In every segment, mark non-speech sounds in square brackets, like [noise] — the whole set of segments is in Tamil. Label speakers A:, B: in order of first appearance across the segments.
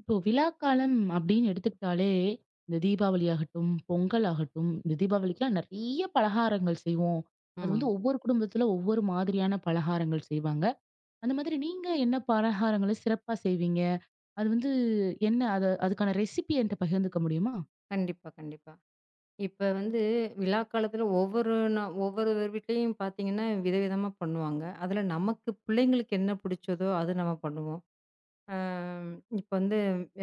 A: இப்போ விழாக்காலம் அப்படின்னு எடுத்துக்கிட்டாலே, இந்த தீபாவளி ஆகட்டும், பொங்கல் ஆகட்டும், இந்த தீபாவளிக்குலாம் நெறைய பலகாரங்கள் செய்வோம். அது
B: ஆமா.
A: வந்து ஒவ்வொரு குடும்பத்துல ஒவ்வொரு மாதிரியான பலகாரங்கள் செய்வாங்க. அந்த மாதிரி நீங்க என்ன பலகாரங்கள சிறப்பா செய்வீங்க? அது வந்து என்ன? அதுக்கான ரெசிபி என்ட்ட பகிர்ந்துக்க முடியுமா?
B: கண்டிப்பா, கண்டிப்பா. இப்ப வந்து விழா காலத்துல ஒவ்வொரு நா ஒவ்வொரு வீட்லயும் பார்த்தீங்கன்னா, விதவிதமா பண்ணுவாங்க. அதுல நமக்கு பிள்ளைங்களுக்கு என்ன பிடிச்சதோ, அது நம்ம பண்ணுவோம். அம் இப்ப வந்து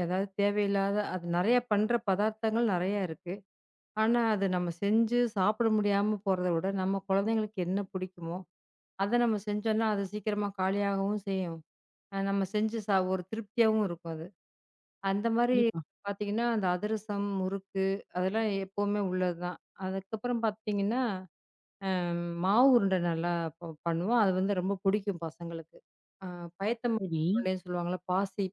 B: ஏதாவது தேவையில்லாத அது நெறைய பண்ற பதார்த்தங்கள் நெறையா இருக்கு. ஆனா, அது நம்ம செஞ்சு சாப்பிட முடியாம போறத விட, நம்ம குழந்தைங்களுக்கு என்ன பிடிக்குமோ, அத நம்ம செஞ்சோம்னா, அது சீக்கிரமா காலியாகவும் செய்யும். அ நம்ம செஞ்சு சா ஒரு திருப்தியாவும் இருக்கும் அது. அந்த மாரி
A: கண்டிப்பா.
B: பார்த்தீங்கன்னா, அந்த அதிரசம், முறுக்கு அதெல்லாம் எப்பவுமே உள்ளதுதான். அதுக்கப்புறம் பார்த்தீங்கன்னா, மாவு உருண்டை நல்லா பண்ணுவோம். அது வந்து ரொம்ப பிடிக்கும் பசங்களுக்கு. அ பயத்த மாவு
A: சரி.
B: உருண்டைன்னு சொல்லுவாங்கல்ல, பாசி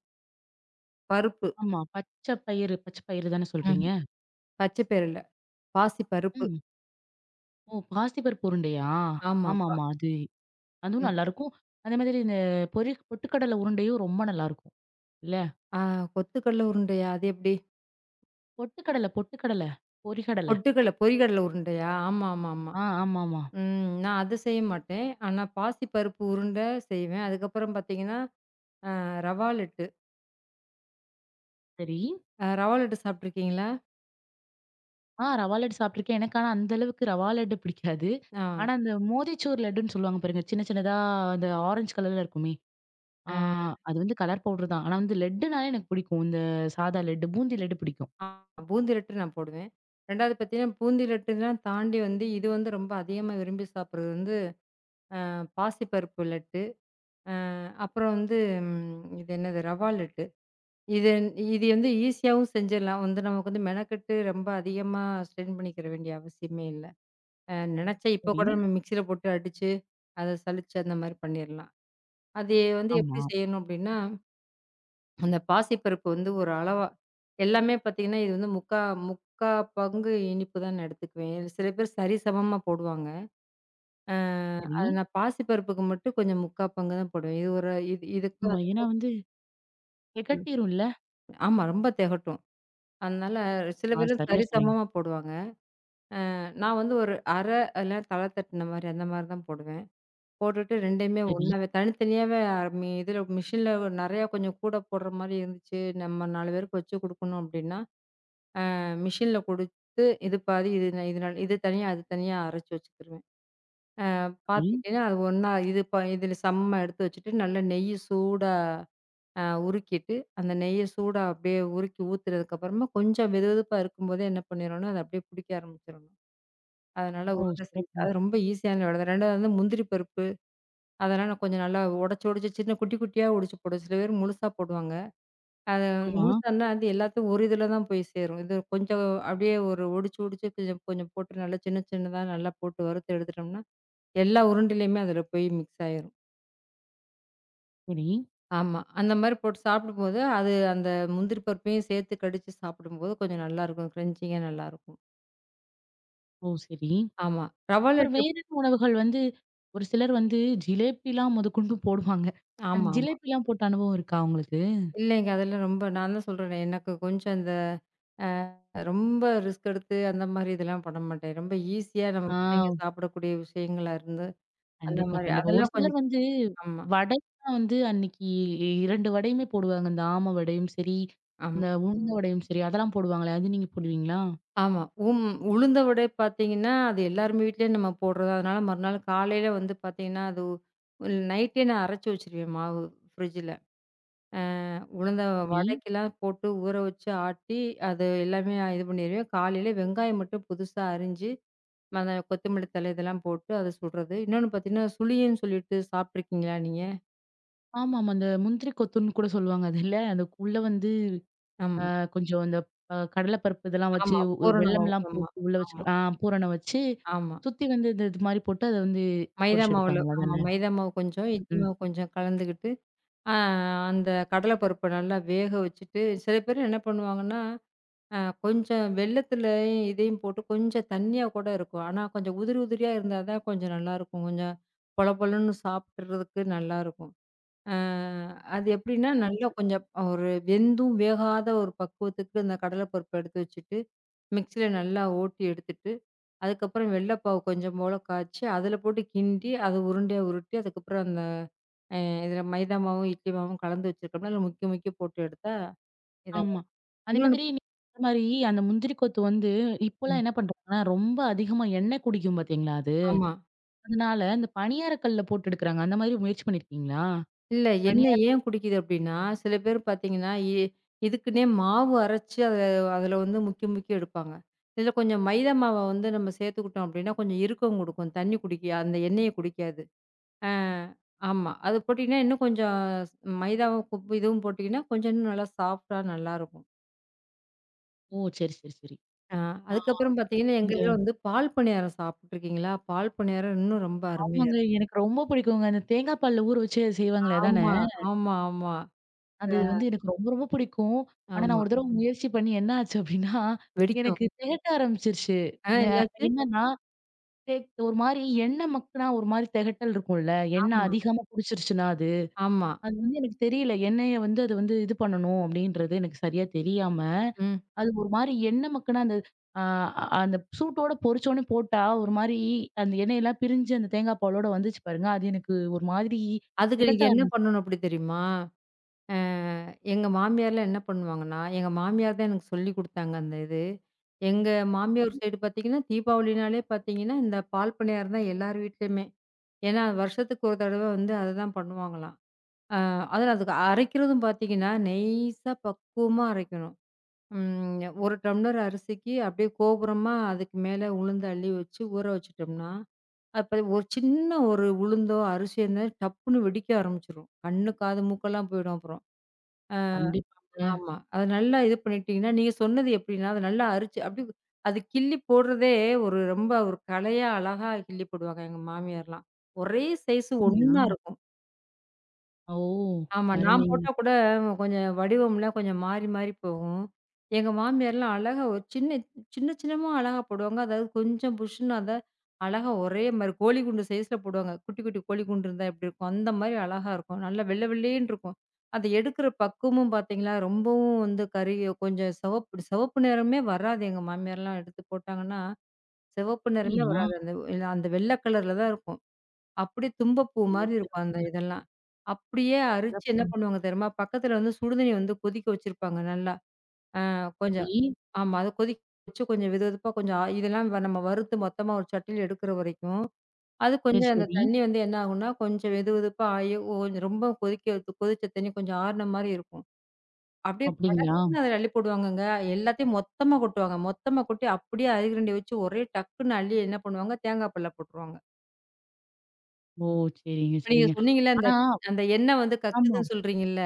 B: பருப்பு.
A: ஆமா. பச்சை பயிறு தானே
B: ம்.
A: சொல்றீங்க?
B: பச்சை பயிறு இல்ல. பாசி பருப்பு.
A: ம். ஓ! பாசிப்பருப்பு உருண்டையா?
B: ஆமா.
A: ஆமாமா. அதுவும்
B: ம்.
A: நல்லாருக்கும். அதே மாதிரி இந்த பொரி பொட்டுக்கடலை உருண்டையும் ரொம்ப நல்லாருக்கும். இல்ல?
B: ஆ, கொத்துக்கடல உருண்டையா? அது எப்படி?
A: பொட்டுக்கடல, பொட்டுக்கடல. பொரிகடல.
B: பொட்டுக்கடல பொரிகடல உருண்டையா? ஆமா, ஆமா, ஆமா.
A: ஆ, ஆமாமா.
B: ம். நான் அது செய்ய மாட்டேன். ஆனா பாசி பருப்பு உருண்டை செய்வேன். அதுக்கப்புறம் பார்த்தீங்கன்னா, ரவா லட்டு.
A: சரி.
B: ரவா லட்டு சாப்பிட்டுருக்கீங்களா?
A: ஆ ரவா லட்டு சாப்ட்டுருக்கேன். எனக்கு ஆனா அந்த அளவுக்கு ரவா லட்டு பிடிக்காது.
B: ஆ.
A: ஆனா அந்த மோதிச்சூர் லட்டுன்னு சொல்லுவாங்க பாருங்க. சின்ன சின்னதா அந்த ஆரஞ்சு கலர்ல இருக்குமே. ஆ, அது வந்து கலர் பவுடர் தான். ஆனா வந்து லட்டுனாலே எனக்கு பிடிக்கும். இந்த சாதா லட்டு, பூந்தி லட்டு பிடிக்கும்.
B: அ பூந்தி லட்டு நான் போடுவேன். 2வது பார்த்தீங்கன்னா, பூந்தி லட்டுலாம் தாண்டி வந்து இது வந்து ரொம்ப அதிகமா விரும்பி சாப்பிடுறது வந்து பாசிப்பருப்பு லட்டு. அ அப்புறம் வந்து இது என்னது? ரவா லட்டு. இது இது வந்து ஈஸியாவும் செஞ்சிடலாம். வந்து நமக்கு வந்து மெனக்கெட்டு ரொம்ப அதிகமா ஸ்ட்ரெயின் பண்ணிக்கிற வேண்டிய அவசியமே இல்ல. நினைச்சா இப்போ
A: சரி.
B: கூட நம்ம மிக்ஸியில போட்டு அடிச்சு, அத சலிச்சு அந்த மாரி பண்ணிறலாம். அது வந்து
A: ஆமா.
B: எப்படி செய்யணும் அப்படின்னா அந்த பாசிப்பருப்பு வந்து ஒரு அளவா எல்லாமே பார்த்தீங்கன்னா, இது வந்து முக்கா முக்கா பங்கு இனிப்பு தான் நான் எடுத்துக்குவேன். சில பேர் சரிசமமா போடுவாங்க. அ
A: சரி.
B: அது நான் பாசிப்பருப்புக்கு மட்டும் கொஞ்சம் முக்கா பங்கு தான் போடுவேன். இது ஒரு இதுக்கும்
A: ஆமா. ஏன்னா வந்து
B: அதுக்கும்
A: திகட்டிரும்ல.
B: ஆமா ரொம்ப திகட்டும். அதனால சில
A: ஆ,
B: பேர்
A: சரியா சொன்னீங்க.
B: சரிசமமா போடுவாங்க. நான் வந்து ஒரு அரை இல்ல தல தட்டுன மாரி அந்த மாரி தான் போடுவேன். போட்டுட்டு 2யுமே
A: சரி,
B: ஒண்ணாவே தனித்தனியாவே மி இதுல மிஷின்ல நெறையா கொஞ்சம் கூட போடுற மாரி இருந்துச்சு. நம்ம 4 பேருக்கு வச்சு குடுக்கணும் அப்டின்னா, மிஷின்ல குடுத்து, இது பாதி இது ந இது நல் இது தனியா, அது தனியா அரைச்சு வச்சுக்கிருவேன்.
A: சரி.
B: பாத்துக்கிட்டீங்கன்னா, அது ஒண்ணா இதுல சமமா எடுத்து வச்சுட்டு, நல்லா நெய்ய சூடா அ உருக்கிட்டு, அந்த நெய்ய சூடா அப்படியே உருக்கி ஊத்துனதுக்கு அப்புறமா, கொஞ்சம் வெதுவெதுப்பா இருக்கும்போதே என்ன பண்ணிரணும்னா, அது அப்படியே புடிக்க ஆரம்பிச்சிரணும். அதனால
A: ஓ!
B: உருண்ட செஞ்சு
A: சிறப்புங்க.
B: அது ரொம்ப ஈஸியான வேலை தான். 2வது வந்து முந்திரி பருப்பு, அதெல்லாம் நான் கொஞ்சம் நல்லா உடைச்சு, உடைச்சு சின்ன குட்டி குட்டியா உடைச்சு போடுவேன். சில பேர் முழுசா போடுவாங்க. அத
A: ஆமா.
B: முழுசான்னா அது எல்லாத்தையும் ஒரு இதுல தான் போய் சேரும். இது கொஞ்சம் அப்படியே ஒரு ஒடிச்சு, ஒடிச்சு கொஞ்சம் கொஞ்சம் போட்டு நல்லா சின்ன சின்னதா நல்லா போட்டு வறுத்து எடுத்துட்டோம்னா, எல்லா உருண்டையிலயுமே அதுல போய் மிக்ஸ் ஆயிரும்.
A: சரி.
B: ஆமா. அந்த மாரி போட்டு சாப்பிடும்போது, அது அந்த முந்திரி பருப்பையும் சேர்த்து கடிச்சு சாப்பிடும்போது கொஞ்சம் நல்லாருக்கும். கிரன்ச்சிங்கா நல்லாருக்கும்.
A: ஓ! சரி.
B: ஆமா. ரவா
A: அப்புறம்
B: லட்டு.
A: வேற என்ன உணவுகள் வந்து ஒரு சிலர் வந்து ஜிலேபிலாம் முதற்கொண்டு போடுவாங்க. அந்த
B: ஆமா, ஆமா.
A: ஜிலேபிலாம் போட்ட அனுபவம் இருக்கா உங்களுக்கு?
B: இல்லைங்க. அதெல்லாம் ரொம்ப நான் தான் சொல்றேனே, எனக்கு கொஞ்சம் இந்த அ ரொம்ப ரிஸ்க் எடுத்து அந்த மாரி இதெல்லாம் பண்ண மாட்டேன். ரொம்ப ஈஸியா நம்ம
A: ஆ,
B: பிள்ளைங்க சாப்பிடக்கூடிய விஷயங்களா இருந்து, அந்த
A: கண்டிப்பா,
B: மாரி
A: கண்டிப்பா. ஒரு
B: அதெல்லாம்
A: சிலர்
B: கொஞ்சம்
A: வந்து
B: ஆமா,
A: வடைலாம் வந்து அன்னைக்கு 2 வடையுமே போடுவாங்க. இந்த ஆம வடையும் சரி,
B: ஆமா,
A: இந்த உளுந்த வடையும் சரி அதெல்லாம் போடுவாங்களே! அது நீங்க போடுவீங்களா?
B: ஆமா. உம் உளுந்த வடை பார்த்தீங்கன்னா, அது எல்லாருமே வீட்லயும் நம்ம போடுறது. அதனால மறுநாள் காலையில வந்து பார்த்தீங்கன்னா, அது நைட்டே நான் அரைச்சு வச்சுருவேன் மாவு ஃப்ரிட்ஜில. அ உளுந்த
A: சரி.
B: வடைக்கெல்லாம் போட்டு ஊற வச்சு ஆட்டி, அது எல்லாமே இது பண்ணிருவேன். காலையில வெங்காயம் மட்டும் புதுசா அரிஞ்சு, அந்த கொத்தமல்லி தழை இதெல்லாம் போட்டு அத சுடுறது. இன்னொன்னு பார்த்தீங்கன்னா, சுழியன்னு சொல்லிட்டு சாப்பிட்டுருக்கீங்களா நீங்க?
A: ஆமாமா. அந்த முந்திரி கொத்துன்னு கூட சொல்லுவாங்க அது இல்ல? அந்த உள்ள வந்து
B: ஆமா,
A: கொஞ்சம் அந்த கடலைப்பருப்பு இதெல்லாம் வச்சு
B: ஆமா.
A: உ
B: பூரண மாவு.
A: வெல்லம்லாம்
B: ஆமா,
A: போட்டு உள்ள வச்சு
B: ஆமா,
A: ஆ பூரணம் வச்சு
B: ஆமா.
A: சுத்தி வந்து இந்த இது மாரி போட்டு அத வந்து
B: மைதா
A: பொரிச்சு
B: மாவுல
A: எடுப்பாங்க.
B: ஆமா
A: அதானே?
B: மைதா மாவு கொஞ்சம், இட்லி
A: ம்.
B: மாவு கொஞ்சம் கலந்துக்கிட்டு ஆ, அந்த கடலை பருப்ப நல்லா வேக வச்சுட்டு, சில பேர் என்ன பண்ணுவாங்கன்னா, அ கொஞ்சம் வெல்லத்துலயும் இதையும் போட்டு கொஞ்சம் தண்ணியா கூட இருக்கும். ஆனா, கொஞ்சம் உதிரி உதிரியா இருந்தா தான் கொஞ்சம் நல்லாயிருக்கும். கொஞ்சம் பொல பொலன்னு சாப்பிடுறதுக்கு நல்லாயிருக்கும். அ அது எப்படின்னா, நல்லா
A: [unintelligible]
B: கொஞ்சம் ஒரு வெந்தும் வேகாத ஒரு பக்குவத்துக்கு அந்த கடலை பருப்ப எடுத்து வச்சுட்டு, மிக்ஸியில நல்லா ஓட்டி எடுத்துட்டு, அதுக்கப்புறம் வெள்ள பாவு கொஞ்சம் போல காய்ச்சி, அதில போட்டு கிண்டி, அத உருண்டையா உருட்டி, அதுக்கப்புறம் அந்த அ இதில மைதா மாவும், இட்லி மாவும் கலந்து வச்சிருக்கோம்னா, அதில முக்கி முக்கி போட்டு எடுத்தா இத
A: ஆமா. அதே
B: இன்னொன்னு
A: மாதிரி நீங்க சொன்ன மாரி அந்த முந்திரி கொத்து வந்து
B: ம்.
A: இப்போலாம் என்ன பண்றாங்கன்னா, ரொம்ப அதிகமா எண்ணெய் குடிக்கும் பார்த்தீங்களா அது?
B: ஆமா.
A: அதனால இந்த பணியார கல்ல போட்டு எடுக்குறாங்க. அந்த மாரி முயற்சி பண்ணியிருக்கீங்களா?
B: இல்ல
A: பணியார
B: எண்ணெய் ஏன் குடிக்குது அப்டின்னா, சில பேர் பார்த்தீங்கன்னா, இதுக்குன்னே மாவு அரைச்சு அதில வந்து முக்கி முக்கி எடுப்பாங்க. இதில கொஞ்சம் மைதா மாவ வந்து நம்ம சேர்த்துக்கிட்டோம் அப்டின்னா, கொஞ்சம் இறுக்கம் குடுக்கும். தண்ணி குடிக்க அந்த எண்ணெய குடிக்காது. ஆ ஆமா. அது போட்டீங்கன்னா, இன்னும் கொஞ்சம் மைதாவும், உப்பு இதுவும் போட்டீங்கன்னா, கொஞ்சம் இன்னும் நல்லா சாஃப்ட்டா நல்லாருக்கும்.
A: ஓ! சரி, சரி, சரி.
B: ஆ.
A: ஆ,
B: அதுக்கப்புறம் பார்த்தீங்கன்னா, எங்க
A: இந்த
B: இதுல வந்து பால் பணியாரம் சாப்பிட்டுருக்கீங்களா? பால் பணியாரம் இன்னும் ரொம்ப அருமையா
A: ஆமாங்க.
B: இருக்கும்.
A: எனக்கு ரொம்ப பிடிக்குங்க. அந்த தேங்காய் பால்ல ஊற வச்சு செய்வாங்களே அதானே?
B: ஆமா, ஆமா, ஆமா.
A: அது
B: அ
A: வந்து எனக்கு ரொம்ப, ரொம்ப பிடிக்கும். ஆனா நான்
B: ஆமா.
A: ஒரு தடவ முயற்சி பண்ணி என்ன ஆச்சு அப்டின்னா,
B: வெடிக்கும்.
A: எனக்கு திகட்ட ஆரம்பிச்சிருச்சு.
B: ஆ,
A: ந
B: என்னாச்சு?
A: என்னன்னா, தே ஒரு மாரி எண்ணெய் மக்குனா ஒரு மாரி திகட்டல் இருக்கும்ல. எண்ணெய்
B: ஆமா,
A: அதிகமா குடிச்சிருச்சுனா அது.
B: ஆமா.
A: அது வந்து எனக்கு தெரியல. எண்ணெய வந்து அது வந்து இது பண்ணணும் அப்படின்றது எனக்கு சரியா தெரியாம,
B: ம்.
A: அது ஒரு மாரி எண்ணெ மக்கன அந்த ஆ, அ அந்த சூட்டோட பொரிச்சோனே போட்டா, ஒரு மாரி அந்த எண்ணெயெல்லாம் பிரிஞ்சு அந்த தேங்காய் பாலோட வந்துச்சு பாருங்க. அது எனக்கு ஒரு மாதிரி
B: அதுக்கு
A: திகட்ட
B: நீங்க என்ன பண்ணணும்
A: ஆரம்பிச்சது.
B: அப்படி தெரியுமா? அ எங்க மாமியார்லாம் என்ன பண்ணுவாங்கன்னா, எங்க மாமியார் தான் எனக்கு சொல்லிக் குடுத்தாங்க அந்த இது. எங்க மாமியார் சைடு பார்த்தீங்கன்னா, தீபாவளினாலே பார்த்தீங்கன்னா, இந்த பால் பணியாரம் தான் எல்லார் வீட்லயுமே. ஏன்னா, வருஷத்துக்கு ஒரு தடவ வந்து அததான் பண்ணுவாங்களாம். ஆ அதில அதுக்கு அரைக்கிறதும் பார்த்தீங்கன்னா, நைஸா பக்குவமா அரைக்கணும். 1 டம்ளர் அரிசிக்கு அப்படியே கோபுரமா அதுக்கு மேல உளுந்து அள்ளி வச்சு ஊற வச்சுட்டோம்னா, அப்ப ஒரு சின்ன ஒரு உளுந்தோ, அரிசியோ இருந்தா டப்புன்னு வெடிக்க ஆரம்பிச்சுரும். கண்ணு, காது, மூக்கெல்லாம் போயிடும் அப்புறம்.
A: கண்டிப்பாங்க.
B: ஆமா. அத நல்லா இது பண்ணிட்டீங்கன்னா, நீங்க சொன்னது எப்படின்னா, அத நல்லா அரிச்சு அப்படியே அது கிள்ளி போடுறதே ஒரு ரொம்ப ஒரு கலையா அழகா கிள்ளி போடுவாங்க எங்க மாமியார்லாம். ஒரே சைஸ்
A: அப்டிங்களா?
B: ஒண்ணா இருக்கும்.
A: ஓ!
B: ஆமா. நான்
A: அருமைங்க.
B: போட்டா கூட கொஞ்சம் வடிவம்லாம் கொஞ்சம் மாறி, மாறி போகும். எங்க மாமியார்லாம் அழகா ஒரு சின்ன சின்ன சின்னமா அழகா போடுவாங்க. அதாவது கொஞ்சம் புஷ்ஷுன்னு அத அழகா ஒரே மாரி கோழி குண்டு சைஸ்ல போடுவாங்க. குட்டி, குட்டி கோழி குண்டு இருந்தா எப்டி இருக்கும்? அந்த மாரி அழகா இருக்கும். நல்லா வெள்ள வெள்ளேன்னு இருக்கும். அத எடுக்கிற பக்குவமும் பார்த்தீங்களா, ரொம்பவும் வந்து கறி கொஞ்சம் சிவப்பு சிவப்பு நிறமே வராது. எங்க மாமியார்லாம் எடுத்து போட்டாங்கன்னா, சிவப்பு நிறமே
A: அப்படியா?
B: வராது. அந்த அந்த வெள்ள கலர்ல தான் இருக்கும். அப்படியே தும்பப்பூ
A: ஓ!
B: மாரி இருக்கும் அந்த
A: சிறப்புங்க,
B: இதெல்லாம். அப்படியே அரிச்சு என்ன
A: சிறப்புங்க.
B: பண்ணுவாங்க தெரியுமா? பக்கத்துல வந்து சுடுதண்ணி வந்து கொதிக்க வச்சிருப்பாங்க நல்லா. கொஞ்சம்
A: சரி,
B: ஆமா. அத கொதிக்க வச்சு கொஞ்சம் வெதுவெதுப்பா கொஞ்சம் ஆ இதெல்லாம் வ நம்ம வறுத்து மொத்தமா ஒரு சட்டியில எடுக்கிற வரைக்கும், அது
A: சரி,
B: கொஞ்சம் அந்த
A: சரி.
B: தண்ணி வந்து என்ன ஆகும்னா, கொஞ்சம் வெதுவெதுப்பா ஆயி ஓ கொஞ்சம் ரொம்ப கொதிக்க வைத்து- கொதிச்ச தண்ணி கொஞ்சம் ஆறுன மாரி இருக்கும். அப்படியே
A: அப்படிங்களா?
B: படக்குன்னு அதுல அள்ளி போடுவாங்கங்க. எல்லாத்தையும் மொத்தமா கொட்டுவாங்க. மொத்தமா கொட்டி அப்படியே அரிகரண்டி வச்சு ஒரே டக்குன்னு அள்ளி என்ன பண்ணுவாங்க, தேங்காய் பால்ல போட்டுருவாங்க.
A: ஓ! சரிங்க,
B: இப்ப நீங்க
A: சரிங்க.
B: சொன்னீங்கல்ல, அந்த
A: ஆனா
B: அந்த எண்ணெய் வந்து
A: ஆமா,
B: கக்குதுன்னு சொல்றீங்கல்ல.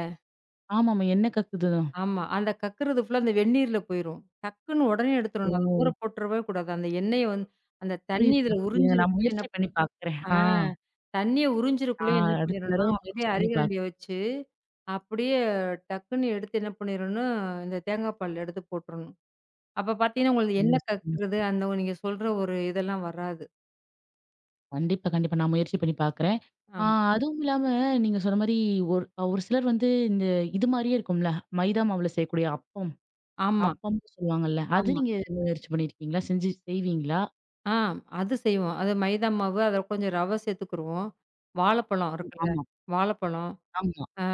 A: ஆமாமா. எண்ணெ கக்குதுதான்.
B: ஆமா. அந்த கக்குறது ஃபுல்லா அந்த வெந்நீர்ல போயிரும். டக்குன்னு உடனே
A: ஓ!
B: எடுத்துறணும். அத ஊற போட்டுறவே கூடாது. அந்த எண்ணெய வந்து அந்த தண்ணி
A: புரியுதுங்க,
B: இதில
A: புரியுதுங்க. நான்
B: உறிஞ்சிறக்குள்ள என்ன
A: முயற்சி பண்ணி பாக்குறேன்.
B: ஆ
A: ஆ.
B: தண்ணிய
A: ஆ
B: உறிஞ்சிறக்குள்ளயே என்ன
A: அடுத்த
B: பண்ணிரணும்னா,
A: தடவ
B: அப்படியே
A: முயற்சி பண்ணி
B: அரிகரண்டிய வச்சு, அப்படியே டக்குன்னு எடுத்து என்ன பண்ணிரணும், இந்த தேங்காய் பால் எடுத்து போட்டுறணும். அப்ப பார்த்தீங்கன்னா, உங்களுக்கு
A: பார்க்கணும்.
B: எண்ணெய்
A: சரிங்க.
B: கக்குறது, அந்த நீங்க சொல்ற ஒரு இதெல்லாம் வராது.
A: கண்டிப்பா, கண்டிப்பா. நான் முயற்சி பண்ணி பார்க்குறேன். ஆ
B: ஆமா.
A: அதுவும் இல்லாம நீங்க சொன்ன மாரி ஒரு ஒரு சிலர் வந்து இந்த இது மாரியே இருக்கும்ல. மைதா மாவுல செய்யக்கூடிய அப்பம்.
B: ஆமா,
A: அப்பம்ன்னு சொல்லுவாங்கல்ல. அது
B: ஆமா.
A: நீங்க முயற்சி பண்ணியிருக்கீங்களா? செஞ்சு செய்வீங்களா?
B: ஆ. அது செய்வோம். அது மைதா மாவு, அதில கொஞ்சம் ரவை சேர்த்துக்குருவோம். வாழைப்பழம் இருக்குல்ல,
A: ஆமா,
B: வாழைப்பழம்,
A: ஆமா.
B: அ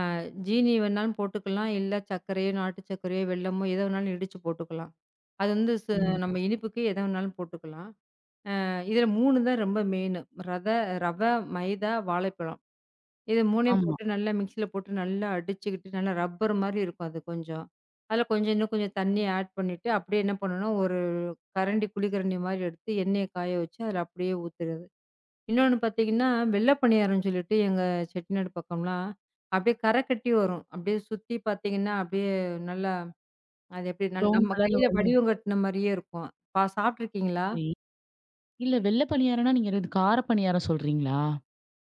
B: ஜீனி வேணாலும் போட்டுக்கலாம். இல்ல சர்க்கரையோ, நாட்டு சர்க்கரையோ, வெல்லமோ எத வேணாலும் இடிச்சு போட்டுக்கலாம். அது வந்து ச
A: ம்.
B: நம்ம இனிப்புக்கு எத வேணாலும் போட்டுக்கலாம். இதில 3 தான் ரொம்ப மெயினு. ரத ரவை, மைதா, வாழைப்பழம். இது 3யும்
A: ஆமா.
B: போட்டு நல்லா மிக்ஸியில போட்டு நல்லா அடிச்சுக்கிட்டு, நல்லா ரப்பர் மாரி இருக்கும் அது கொஞ்சம். அதில கொஞ்சம் இன்னும் கொஞ்சம் தண்ணி ஆட் பண்ணிட்டு, அப்படியே என்ன பண்ணணும்னா, ஒரு கரண்டி குழிக்கரண்டி மாரி எடுத்து எண்ணெய காய வச்சு, அதில அப்படியே ஊத்துறது. இன்னொன்னு பார்த்தீங்கன்னா, வெள்ள பணியாரம்ன்னு சொல்லிட்டு எங்க செட்டிநாடு பக்கம்லாம் அப்படியே கரை கட்டி வரும். அப்படியே சுத்தி பார்த்தீங்கன்னா, அப்படியே நல்லா அது எப்படி நல்
A: ப்ரவுன்
B: நம்ம
A: கலர்ல
B: கையில
A: வரும்போது
B: வடிவம் கட்டின மாரியே இருக்கும். சாப்பிட்டுருக்கீங்களா?
A: சரி. இல்ல வெள்ள பணியாரம்னா நீங்க இது கார பணியாரம் சொல்றீங்களா?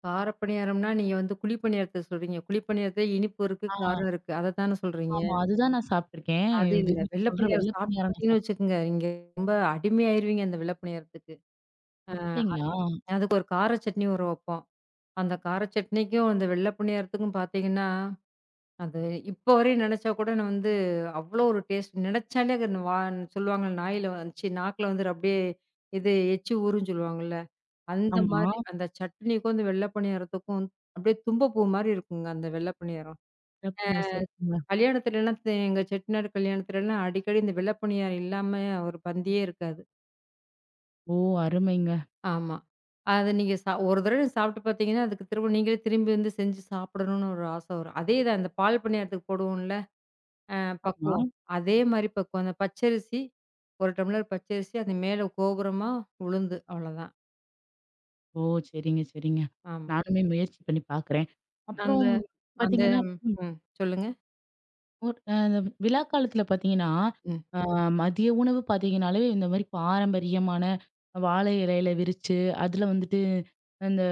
B: கார பணியாரம்னா, நீங்க வந்து குழி பணியாரத்த சொல்றீங்க. குழி பணியாரத்துல இனிப்பு இருக்கு,
A: ஆ,
B: காரம் இருக்கு. அத தான சொல்றீங்க?
A: ஆமா. அதுதான் நான் சாப்ட்டுருக்கேன்.
B: அது இல்ல.
A: நீங்க
B: வெள்ள
A: சொல்ற
B: பணியாரம்
A: வெள்ள
B: சாப்பிட்டு
A: பணியாரம் நான்
B: பார்த்தீங்கன்னு
A: சாப்ட்டேன்.
B: வச்சுக்கோங்க, நீங்க ரொம்ப அடிமையாயிருவீங்க அந்த வெள்ள பணியாரத்துக்கு. அ
A: அப்படிங்களா?
B: அதுக்கு ஒரு கார சட்னி ஊற வைப்போம். அந்த கார சட்னிக்கும், அந்த வெள்ள பணியாரத்துக்கும் பார்த்தீங்கன்னா அது இப்போ வரையும் நினைச்சா கூட நான் வந்து அவ்வளோ ஒரு டேஸ்ட் நினைச்சாலே அது வா சொல்லுவாங்கல்ல நாயில வந்துச்சு நாக்குல வந்துட்டு அப்படியே இது எச்சி ஊறுன்னு சொல்லுவாங்கல்ல அந்த ஆமா.
A: ஆமா.
B: மாதிரி அந்த சட்னிக்கும் அந்த வெள்ளை பணியாரத்துக்கும் வந்து அப்படியே தும்பப்பூ மாதிரி இருக்குங்க அந்த வெள்ளை பணியாரம்
A: சிறப்புங்க, சிறப்புங்க.
B: கல்யாணத்துலலாம் தே- எங்க செட்டிநாடு கல்யாணத்துலலாம் அடிக்கடி இந்த வெள்ளை பணியாரம் இல்லாம ஒரு பந்தியே இருக்காது.
A: ஓ! அருமைங்க.
B: ஆமா. அதை நீங்க சா ஒரு தடவை சாப்பிட்டு பார்த்தீங்கன்னா அதுக்கு திரும்ப நீங்களே திரும்பி வந்து செஞ்சு சாப்பிடணும்னு ஒரு ஆசை வரும் அதே தான் இந்த பால் பணியாரத்துக்கு போடுவோம்ல அ
A: ஆ.
B: பக்குவம். அதே மாரி பக்குவம். அந்த பச்சரிசி 1 டம்ளர் பச்சரிசி அது மேல கோபுரமா உளுந்து அவ்வளோதான்.
A: ஓ! சரிங்க, சரிங்க.
B: ஆமா.
A: நானுமே முயற்சி பண்ணி பார்க்குறேன். ம்.
B: அந்த
A: அப்புறம்
B: அந்த
A: பார்த்தீங்கன்னா,
B: ம். சொல்லுங்க.
A: ஒரு அ விழா காலத்துல பார்த்தீங்கன்னா,
B: ம்.
A: அ மதிய உணவு பார்த்தீங்கன்னாலே, இந்த மாரி பாரம்பரியமான வாழை இலையில விரிச்சு, அதுல வந்துட்டு அந்த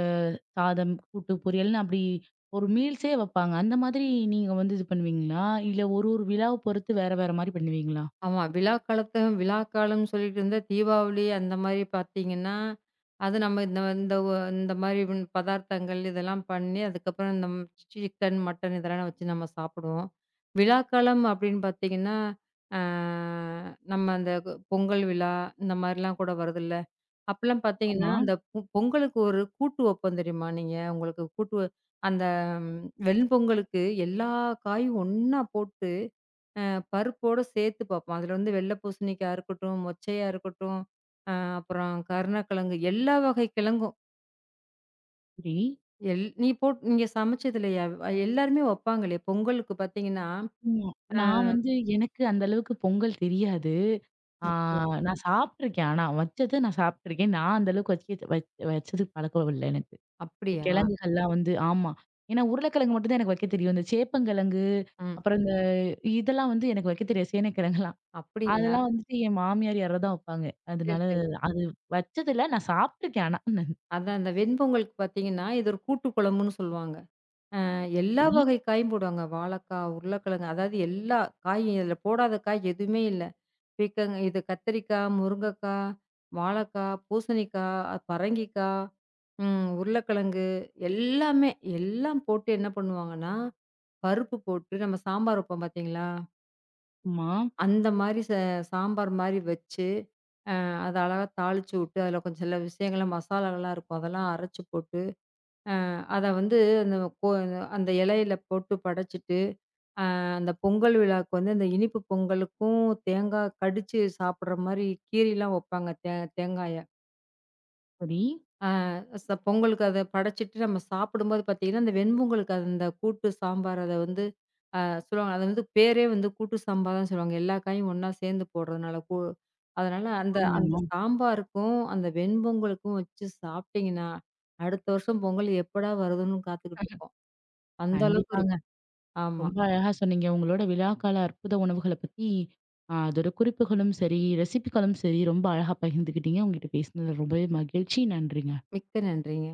A: சாதம், கூட்டு, பொரியல்னு அப்படி ஒரு மீல்ஸே வப்பாங்க. அந்த மாதிரி நீங்க வந்து இது பண்ணுவீங்களா? இல்ல ஒரு ஒரு விழாவ பொறுத்து வேற வேற மாரி பண்ணுவீங்களா?
B: ஆமா. விழா காலத்த விழா காலம்னு சொல்லிட்டு இருந்தா தீபாவளி அந்த மாரி பார்த்தீங்கன்னா, அது நம்ம இந்த இந்த இந்த மாரி பதார்த்தங்கள் இதெல்லாம் பண்ணி அதுக்கப்புறம் இந்த சிக்கன், மட்டன் இதெல்லாம் வச்சு நம்ம சாப்பிடுவோம். விழாக்காலம் அப்படின்னு பார்த்தீங்கன்னா, அ நம்ம அந்த பொங்கல் விழா இந்த மாரிலாம் கூட வருதுல்ல. அப்பலாம் பார்த்தீங்கன்னா,
A: ஆமா.
B: அந்த பொங்கலுக்கு ஒரு கூட்டு வைப்போம் தெரியுமா? நீங்க உங்களுக்கு கூட்டு வ- அந்த ம், வெண்பொங்கலுக்கு எல்லா காயும் ஒண்ணா போட்டு, பருப்போட சேர்த்து பார்ப்போம். அதுல வந்து வெள்ள பூசணிக்காயா இருக்கட்டும், மொச்சையா இருக்கட்டும், அ அப்புறம் கருணக்கிழங்கு எல்லா வகை கிழங்கும்.
A: சரி.
B: எல் நீ போட் நீங்க சமைச்சதில்லையா? எல்லாருமே வைப்பாங்களே! பொங்கலுக்கு பார்த்தீங்கன்னா
A: ம். நான் வந்து எனக்கு அந்த அளவுக்கு பொங்கல் தெரியாது. ஆ,
B: அப்படியா?
A: நான் சாப்பிட்டுருக்கேன். ஆனா வச்சது நான் சாப்பிட்டுருக்கேன். நான் அந்த அளவுக்கு வச்சது வச்சது பழக்கம் இல்ல எனக்கு. இந்த
B: அப்படியா?
A: கிழங்குகள்லாம் வந்து ஆமா. ஏன்னா உருளைக்கிழங்கு மட்டும் தான் எனக்கு வைக்க தெரியும். இந்த சேப்பங்கிழங்கு,
B: ம்.
A: அப்புறம் இந்த இதெல்லாம் வந்து எனக்கு வைக்க தெரியாது. சேனைக்கிழங்குலாம்.
B: அப்படிங்களா?
A: அதெல்லாம் வந்துட்டு என் மாமியார் யாராவது தான் வைப்பாங்க.
B: சரி,
A: அதனால
B: சரி.
A: அது வச்சதில்ல. நான் சாப்பிட்டுருக்கேன் ஆனா.
B: அதான் அந்த வெண்பொங்கலுக்கு பார்த்தீங்கன்னா, இது ஒரு கூட்டு குழம்புன்னு சொல்லுவாங்க. எல்லா
A: நன்றி.
B: வகை காயும் போடுவாங்க. வாழைக்காய், உருளைக்கிழங்கு அதாவது எல்லா காயும் இதுல போடாத காய் எதுவுமே இல்ல. பீர்க்கங் இது கத்திரிக்காய், முருங்கைக்காய், வாழைக்காய், பூசணிக்காய், பரங்கிக்காய், உருளைக்கிழங்கு எல்லாமே எல்லாம் போட்டு என்ன பண்ணுவாங்கன்னா, பருப்பு போட்டு நம்ம சாம்பார் வைப்போம் பார்த்தீங்களா?
A: ஆமா.
B: அந்த மாரி சாம்பார் மாரி வச்சு, அ அத அழகா தாளிச்சு விட்டு, அதில கொஞ்சம் சில விஷயங்கள்லாம் மசாலாலாம் இருக்கும். அதெல்லாம் அரைச்சு போட்டு, அத வந்து அந்த கோ அந்த இலையில போட்டு படச்சிட்டு அந்த பொங்கல் விழாவுக்கு வந்து அந்த இனிப்பு பொங்கலுக்கும் தேங்காய் கடிச்சு சாப்பிடுற மாரி கீரிலாம் வைப்பாங்க. தேங்காய.
A: சரி.
B: ஆ ச பொங்கலுக்கு அத படைச்சிட்டு நம்ம சாப்பிடும்போது பார்த்தீங்கன்னா, அந்த வெண்பொங்கலுக்கு அது அந்த கூட்டு சாம்பார் அத வந்து அ சொல்லுவாங்க. அது வந்து பேரே வந்து கூட்டு சாம்பார் தான் சொல்லுவாங்க. எல்லா காயும் ஒண்ணா சேர்ந்து போடுறதுனால. அதனால அந்த அந்த
A: ஆமாமா.
B: சாம்பாருக்கும், அந்த வெண்பொங்கலுக்கும் வச்சு சாப்பிட்டீங்கன்னா, அடுத்த வருஷம் பொங்கல் எப்படா வருதுன்னு காத்துக்கிட்டு இருப்போம். அந்த அளவுக்கு
A: கண்டிப்பாங்க.
B: இருக்கும். ஆமா.
A: ரொம்ப அழகா சொன்னீங்க. உங்களோட விழாக்கால அற்புத உணவுகள பத்தி, அதோட குறிப்புகளும் சரி, ரெசிபிகளும் சரி ரொம்ப அழகா பகிர்ந்துக்கிட்டீங்க. உங்ககிட்ட பேசினதுல ரொம்பவே மகிழ்ச்சி. நன்றிங்க.
B: மிக்க நன்றிங்க.